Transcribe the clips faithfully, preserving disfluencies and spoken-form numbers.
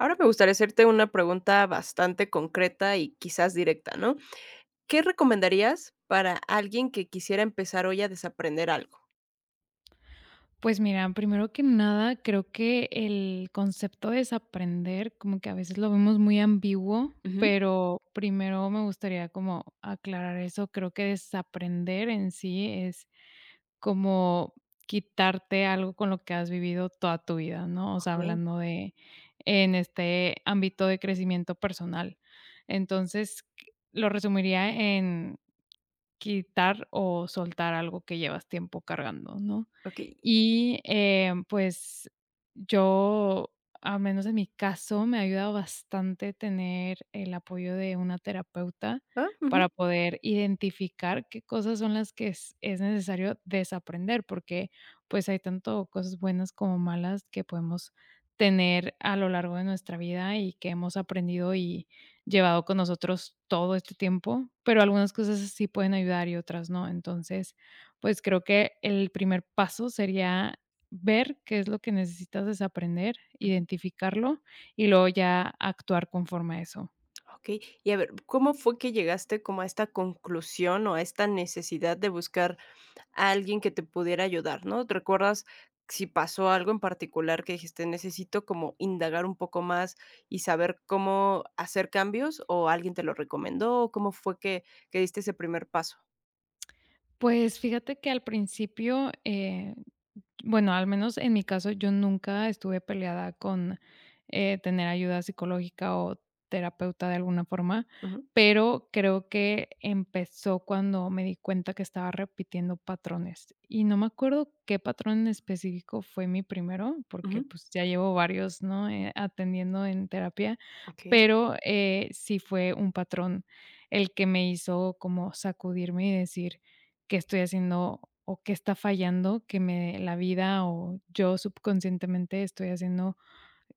Ahora me gustaría hacerte una pregunta bastante concreta y quizás directa, ¿no? ¿Qué recomendarías para alguien que quisiera empezar hoy a desaprender algo? Pues mira, primero que nada, creo que el concepto de desaprender, como que a veces lo vemos muy ambiguo, Ujú. pero primero me gustaría como aclarar eso. Creo que desaprender en sí es como quitarte algo con lo que has vivido toda tu vida, ¿no? O sea, Okey, hablando de en este ámbito de crecimiento personal. Entonces, lo resumiría: quitar o soltar algo que llevas tiempo cargando, ¿no? okey. Y, eh, pues, yo, al menos en mi caso, me ha ayudado bastante tener el apoyo de una terapeuta Ah, ujú. para poder identificar qué cosas son las que es es necesario desaprender, porque, pues, hay tanto cosas buenas como malas que podemos tener a lo largo de nuestra vida y que hemos aprendido y llevado con nosotros todo este tiempo, pero algunas cosas sí pueden ayudar y otras no. Entonces, pues creo que el primer paso sería ver qué es lo que necesitas desaprender, identificarlo y luego ya actuar conforme a eso. Okey. Y a ver, ¿cómo fue que llegaste como a esta conclusión o a esta necesidad de buscar a alguien que te pudiera ayudar, ¿no? ¿Te recuerdas si pasó algo en particular que dijiste, necesito como indagar un poco más y saber cómo hacer cambios? ¿O alguien te lo recomendó? ¿O cómo fue que, que diste ese primer paso? Pues fíjate que al principio, eh, bueno, al menos en mi caso, yo nunca estuve peleada con, eh, tener ayuda psicológica o terapeuta de alguna forma, Ujú, pero creo que empezó cuando me di cuenta que estaba repitiendo patrones, y no me acuerdo qué patrón en específico fue mi primero, porque, ujú, pues, ya llevo varios, ¿no?, eh, atendiendo en terapia, okey, pero, eh, sí fue un patrón el que me hizo como sacudirme y decir: qué estoy haciendo o qué está fallando, que me la vida o yo subconscientemente estoy haciendo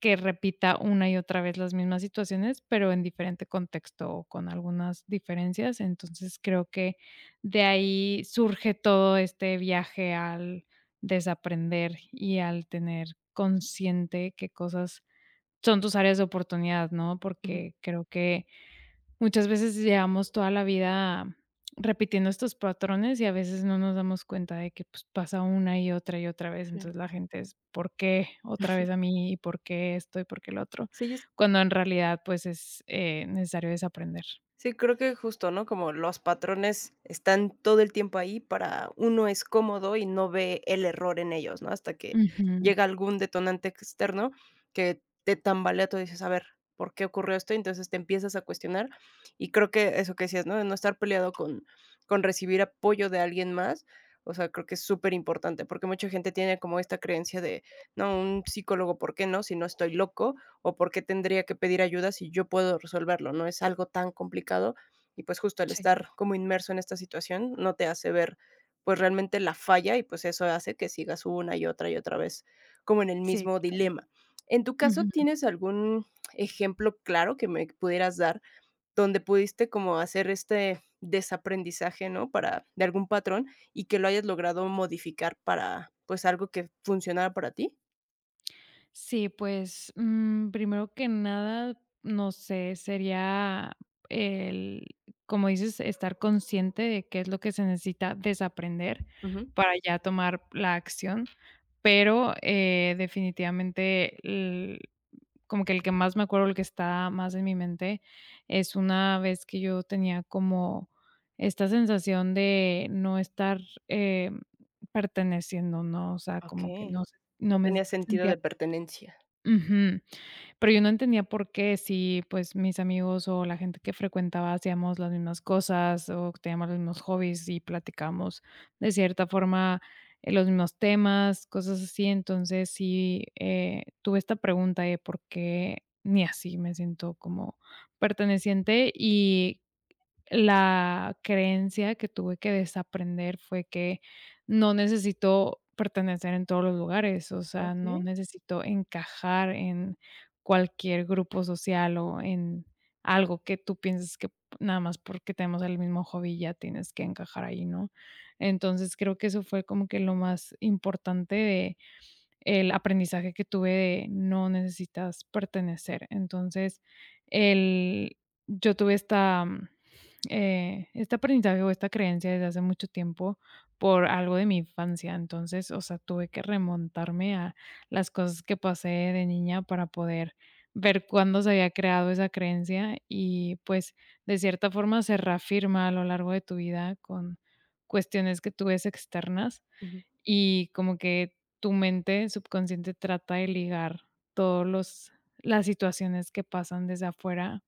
que repita una y otra vez las mismas situaciones, pero en diferente contexto o con algunas diferencias. Entonces creo que de ahí surge todo este viaje al desaprender y al tener consciente qué cosas son tus áreas de oportunidad, ¿no? ujú. Porque creo que muchas veces llevamos toda la vida repitiendo estos patrones y a veces no nos damos cuenta de que, pues, pasa una y otra y otra vez. Sí. Entonces, la gente es: "¿Por qué otra vez a mí? ¿Y por qué esto? ¿Y por qué el otro?". Sí, yo Cuando en realidad, pues, es, eh, necesario desaprender. sí, creo que justo, ¿no? Como los patrones están todo el tiempo ahí para uno es cómodo y no ve el error en ellos, ¿no? Hasta que Ujú. llega algún detonante externo que te tambalea, tú dices, a ver, ¿por qué ocurrió esto? Y entonces te empiezas a cuestionar. Y creo que eso que decías, ¿no? De no estar peleado con, con recibir apoyo de alguien más. O sea, creo que es súper importante porque mucha gente tiene como esta creencia de, no, un psicólogo, ¿por qué no? Si no estoy loco o por qué tendría que pedir ayuda si yo puedo resolverlo, no es algo tan complicado, y pues justo el Sí, estar como inmerso en esta situación no te hace ver pues realmente la falla, y pues eso hace que sigas una y otra y otra vez como en el sí, mismo claro. dilema. En tu caso, ¿tienes algún ejemplo claro que me pudieras dar donde pudiste como hacer este desaprendizaje, ¿no? Para de algún patrón y que lo hayas logrado modificar para pues algo que funcionara para ti. Sí, pues, mm, primero que nada, no sé, sería el, como dices, estar consciente de qué es lo que se necesita desaprender Ujú. para ya tomar la acción, pero, eh, definitivamente, el como que el que más me acuerdo, el que está más en mi mente, es una vez que yo tenía como esta sensación de no estar, eh, perteneciendo, ¿no? O sea, Ok. como que no sé, No no me tenía sentido sentía. de pertenencia. Ujú. Pero yo no entendía por qué, si, pues, mis amigos o la gente que frecuentaba hacíamos las mismas cosas, o teníamos los mismos hobbies y platicamos de cierta forma, eh, los mismos temas, cosas así. Entonces, sí, eh, tuve esta pregunta de por qué ni así me siento como perteneciente, y la creencia que tuve que desaprender fue que no necesito pertenecer en todos los lugares, o sea, no Okey. necesito encajar en cualquier grupo social o en algo que tú pienses que nada más porque tenemos el mismo hobby ya tienes que encajar ahí, ¿no? Entonces, creo que eso fue como que lo más importante de el aprendizaje que tuve de no necesitas pertenecer. Entonces, el yo tuve esta mm, eh, este aprendizaje o esta creencia desde hace mucho tiempo por algo de mi infancia. Entonces, o sea, tuve que remontarme a las cosas que pasé de niña para poder ver cuándo se había creado esa creencia y pues de cierta forma se reafirma a lo largo de tu vida con cuestiones que tú ves externas Ujú. y como que tu mente subconsciente trata de ligar todos los las situaciones que pasan desde afuera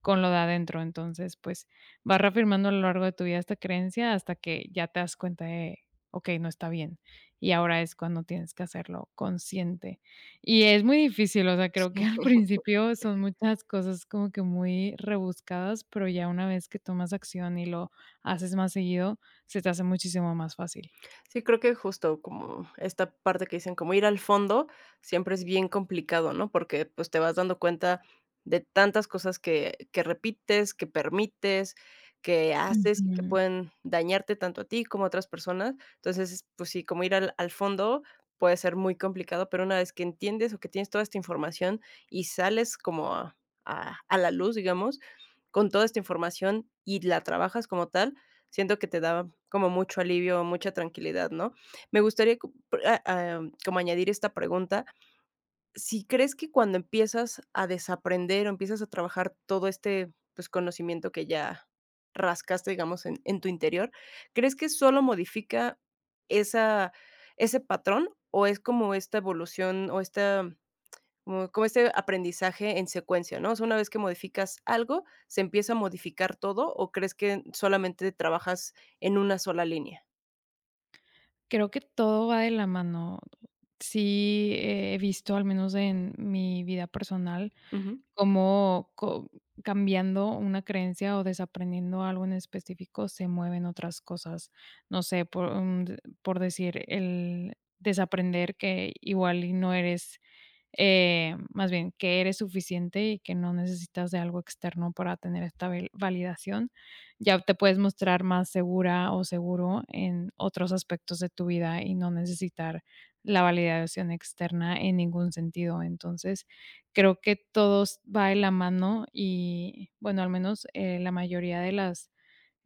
con lo de adentro. Entonces, pues, vas reafirmando a lo largo de tu vida esta creencia hasta que ya te das cuenta de: "Okey, no está bien", y ahora es cuando tienes que hacerlo consciente. Y es muy difícil, o sea, creo que Sí. al principio son muchas cosas como que muy rebuscadas, pero ya una vez que tomas acción y lo haces más seguido, se te hace muchísimo más fácil. Sí, creo que justo como esta parte que dicen, como ir al fondo, siempre es bien complicado, ¿no? Porque, pues, te vas dando cuenta de tantas cosas que que repites, que permites, que haces y que Ujú. pueden dañarte tanto a ti como a otras personas. Entonces, pues sí, como ir al al fondo puede ser muy complicado, pero una vez que entiendes o que tienes toda esta información y sales como a a a la luz, digamos, con toda esta información y la trabajas como tal, siento que te da como mucho alivio, mucha tranquilidad, ¿no? Me gustaría co ah, am, Como añadir esta pregunta, si crees que cuando empiezas a desaprender, o empiezas a trabajar todo este, pues, conocimiento que ya rascaste, digamos, en en tu interior, ¿crees que solo modifica esa, ese patrón, o es como esta evolución, o esta como como ese aprendizaje en secuencia, ¿no? O sea, una vez que modificas algo, ¿se empieza a modificar todo o crees que solamente trabajas en una sola línea? Creo que todo va de la mano. Sí, eh, he visto, al menos en mi vida personal, Ujú. cómo co cambiando una creencia o desaprendiendo algo en específico se mueven otras cosas. No sé, por, mm, por decir, el desaprender que igual y no eres eh, más bien que eres suficiente y que no necesitas de algo externo para tener esta vel- validación, ya te puedes mostrar más segura o seguro en otros aspectos de tu vida y no necesitar la validación externa en ningún sentido. Entonces, creo que todos va de la mano y, bueno, al menos eh, la mayoría de las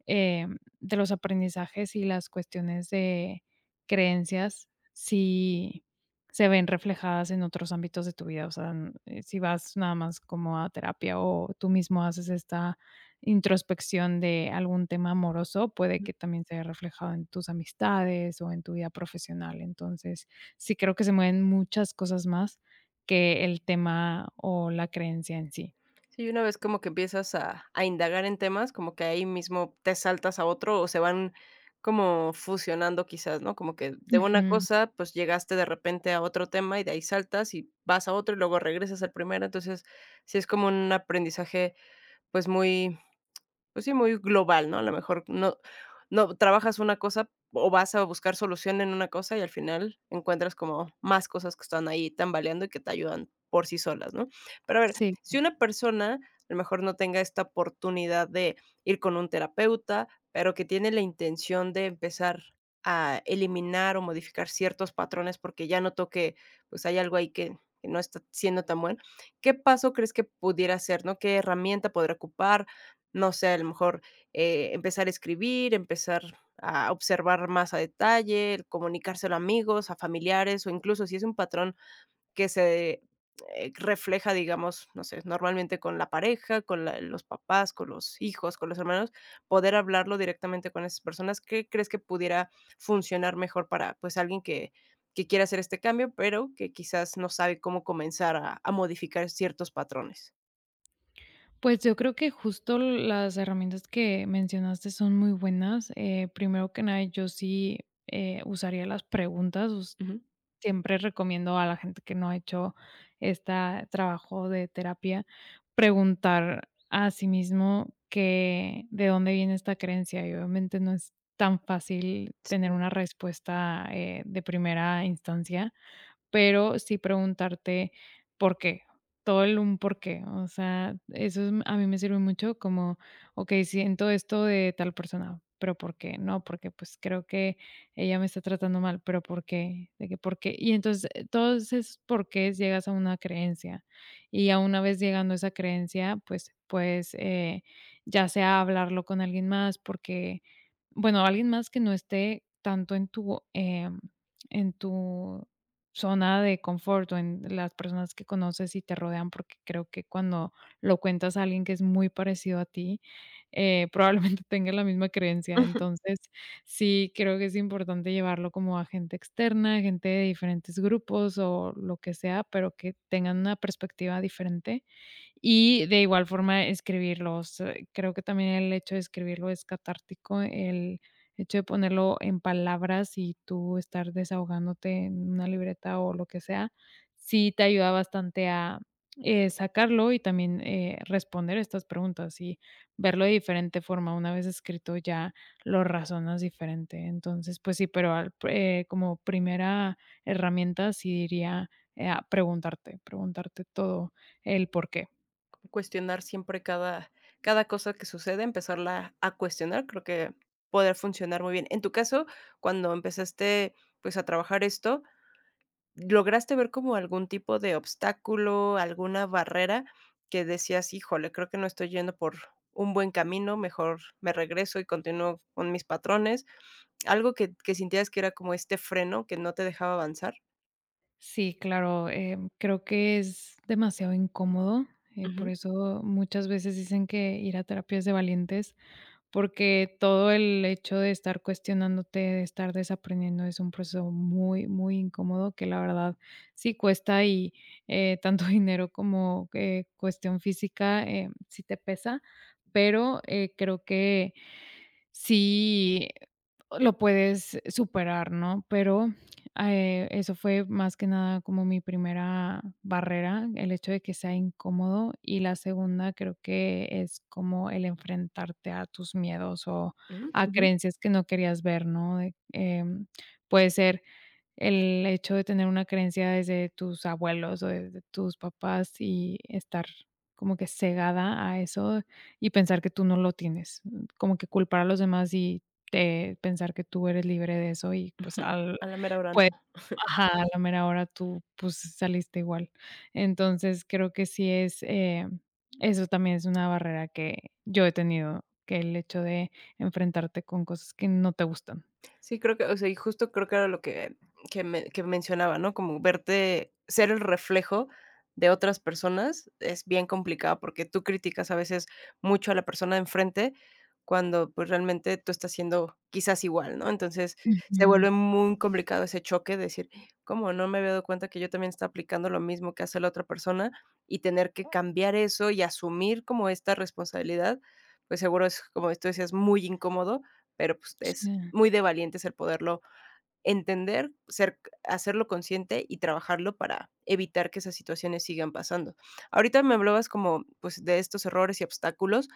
eh, de los aprendizajes y las cuestiones de creencias, si se ven reflejadas en otros ámbitos de tu vida, o sea, n- eh, si vas nada más como a terapia o tú mismo haces esta introspección de algún tema amoroso, puede que también se haya reflejado en tus amistades o en tu vida profesional. Entonces, sí creo que se mueven muchas cosas más que el tema o la creencia en sí. Sí, una vez como que empiezas a a indagar en temas, como que ahí mismo te saltas a otro o se van como fusionando quizás, ¿no? Como que de una Ujú. cosa, pues, llegaste de repente a otro tema y de ahí saltas y vas a otro y luego regresas al primero. Entonces, sí es como un aprendizaje, pues, muy, pues sí, muy global, ¿no? A lo mejor no, no trabajas una cosa o vas a buscar solución en una cosa y al final encuentras como más cosas que están ahí tambaleando y que te ayudan por sí solas, ¿no? Pero a ver, Sí. si una persona a lo mejor no tenga esta oportunidad de ir con un terapeuta, pero que tiene la intención de empezar a eliminar o modificar ciertos patrones porque ya notó que, pues, hay algo ahí que que no está siendo tan bueno, ¿qué paso crees que pudiera hacer, no? ¿Qué herramienta podría ocupar, no sé, a lo mejor, eh, empezar a escribir, empezar a observar más a detalle, el comunicárselo a amigos, a familiares, o incluso si es un patrón que se, eh, refleja, digamos, no sé, normalmente con la pareja, con la, los papás, con los hijos, con los hermanos, poder hablarlo directamente con esas personas. ¿Qué crees que pudiera funcionar mejor para, pues, alguien que que quiere hacer este cambio, pero que quizás no sabe cómo comenzar a a modificar ciertos patrones? Pues yo creo que justo las herramientas que mencionaste son muy buenas. Eh, primero que nada, yo sí eh, usaría las preguntas. us- Ujú. Siempre recomiendo a la gente que no ha hecho este trabajo de terapia preguntar a sí mismo que de dónde viene esta creencia. Y obviamente no es tan fácil tener Sí. una respuesta eh, de primera instancia, pero sí preguntarte por qué, todo el un por qué. O sea, eso es a mí me sirve mucho como, okey, siento esto de tal persona, pero ¿por qué? No, porque, pues, creo que ella me está tratando mal, pero ¿por qué? De qué ¿por qué? Y entonces, eh, todos esos porqués llegas a una creencia, y a una vez llegando a esa creencia, pues puedes, eh, ya sea hablarlo con alguien más, porque, bueno, alguien más que no esté tanto en tu, em, en tu zona de confort o en las personas que conoces y te rodean, porque creo que cuando lo cuentas a alguien que es muy parecido a ti, eh, probablemente tenga la misma creencia. Entonces, sí, creo que es importante llevarlo como a gente externa, gente de diferentes grupos o lo que sea, pero que tengan una perspectiva diferente. Y de igual forma escribirlos. Eh, Creo que también el hecho de escribirlo es catártico, el hecho de ponerlo en palabras y tú estar desahogándote en una libreta o lo que sea, sí te ayuda bastante a, eh, sacarlo y también, eh, responder estas preguntas y verlo de diferente forma. Una vez escrito ya lo razonas diferente. Entonces, pues sí, pero al eh, como primera herramienta sí diría, eh, a preguntarte, preguntarte todo el por qué. Cuestionar siempre cada cada cosa que sucede, empezarla a cuestionar, creo que poder funcionar muy bien. En tu caso, cuando empezaste, pues, a trabajar esto, ¿lograste ver como algún tipo de obstáculo, alguna barrera que decías: "Híjole, creo que no estoy yendo por un buen camino, mejor me regreso y continúo con mis patrones"? ¿Algo que que sintieras que era como este freno que no te dejaba avanzar? Sí, claro, em, creo que es demasiado incómodo, eh, por Ujú, eso muchas veces dicen que ir a terapia es de valientes, porque todo el hecho de estar cuestionándote, de estar desaprendiendo, es un proceso muy, muy incómodo que la verdad sí cuesta y eh, tanto dinero como eh, cuestión física eh, sí te pesa, pero eh, creo que sí, lo puedes superar, ¿no? Pero, eh, eso fue más que nada como mi primera barrera, el hecho de que sea incómodo, y la segunda creo que es como el enfrentarte a tus miedos o ujú. a Ujú, creencias que no querías ver, ¿no? De, em, puede ser el hecho de tener una creencia desde tus abuelos o desde tus papás y estar como que cegada a eso y pensar que tú no lo tienes, como que culpar a los demás y te pensar que tú eres libre de eso y pues ujú, al a la mera hora. pues ajá, a la mera hora tú pues saliste igual. Entonces creo que sí es, eh, eso también es una barrera que yo he tenido, que el hecho de enfrentarte con cosas que no te gustan. Sí, creo que, o sea, y justo creo que era lo que que me que mencionaba, ¿no? Como verte ser el reflejo de otras personas es bien complicado, porque tú criticas a veces mucho a la persona de enfrente, cuando, pues, realmente tú estás siendo quizás igual, ¿no? Entonces, se Ujú. vuelve muy complicado ese choque de decir: "¿Cómo no me había dado cuenta que yo también estaba aplicando lo mismo que hace la otra persona?". Y tener que cambiar eso y asumir como esta responsabilidad, pues, seguro es, como tú decías, muy incómodo, pero, pues, es Sí. muy de valientes el poderlo entender, ser hacerlo consciente y trabajarlo para evitar que esas situaciones sigan pasando. Ahorita me hablabas como, pues, de estos errores y obstáculos,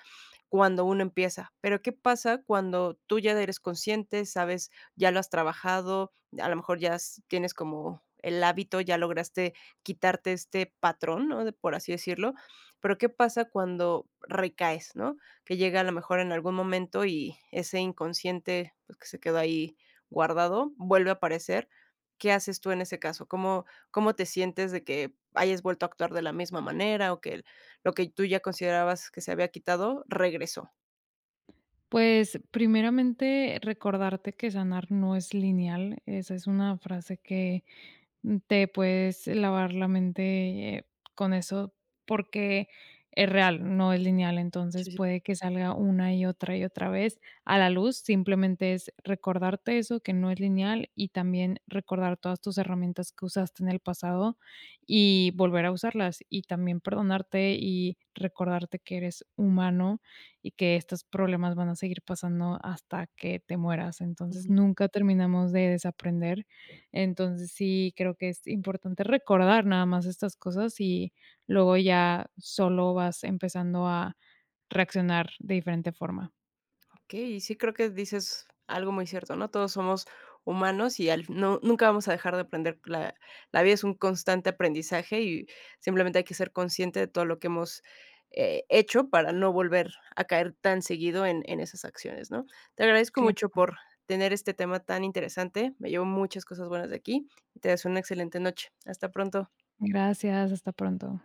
cuando uno empieza. Pero, ¿qué pasa cuando tú ya eres consciente, sabes, ya lo has trabajado, a lo mejor ya s tienes como el hábito, ya lograste quitarte este patrón, ¿no?, de por así decirlo, pero, ¿qué pasa cuando recaes, no?, que llega a lo mejor en algún momento y ese inconsciente, pues, que se quedó ahí guardado, vuelve a aparecer, ¿qué haces tú en ese caso? ¿Cómo cómo te sientes de que hayas vuelto a actuar de la misma manera o que lo que tú ya considerabas que se había quitado, regresó? Pues, primeramente, recordarte que sanar no es lineal. Esa es una frase que mm, te puedes lavar la mente, eh, con eso, porque es real, no es lineal. Entonces, Sí, sí. puede que salga una y otra y otra vez a la luz. Simplemente es recordarte eso, que no es lineal, y también recordar todas tus herramientas que usaste en el pasado y volver a usarlas, y también perdonarte y recordarte que eres humano y que estos problemas van a seguir pasando hasta que te mueras. Entonces, Ujú. nunca terminamos de desaprender. Entonces, sí, creo que es importante recordar nada más estas cosas y luego ya solo vas empezando a reaccionar de diferente forma. Okey, sí, creo que dices algo muy cierto, ¿no? Todos somos humanos y al no nunca vamos a dejar de aprender. La la vida es un constante aprendizaje y simplemente hay que ser consciente de todo lo que hemos, eh, hecho para no volver a caer tan seguido en en esas acciones, ¿no? Te agradezco Claro. mucho por tener este tema tan interesante. Me llevo muchas cosas buenas de aquí y te deseo una excelente noche. Hasta pronto. Gracias, hasta pronto.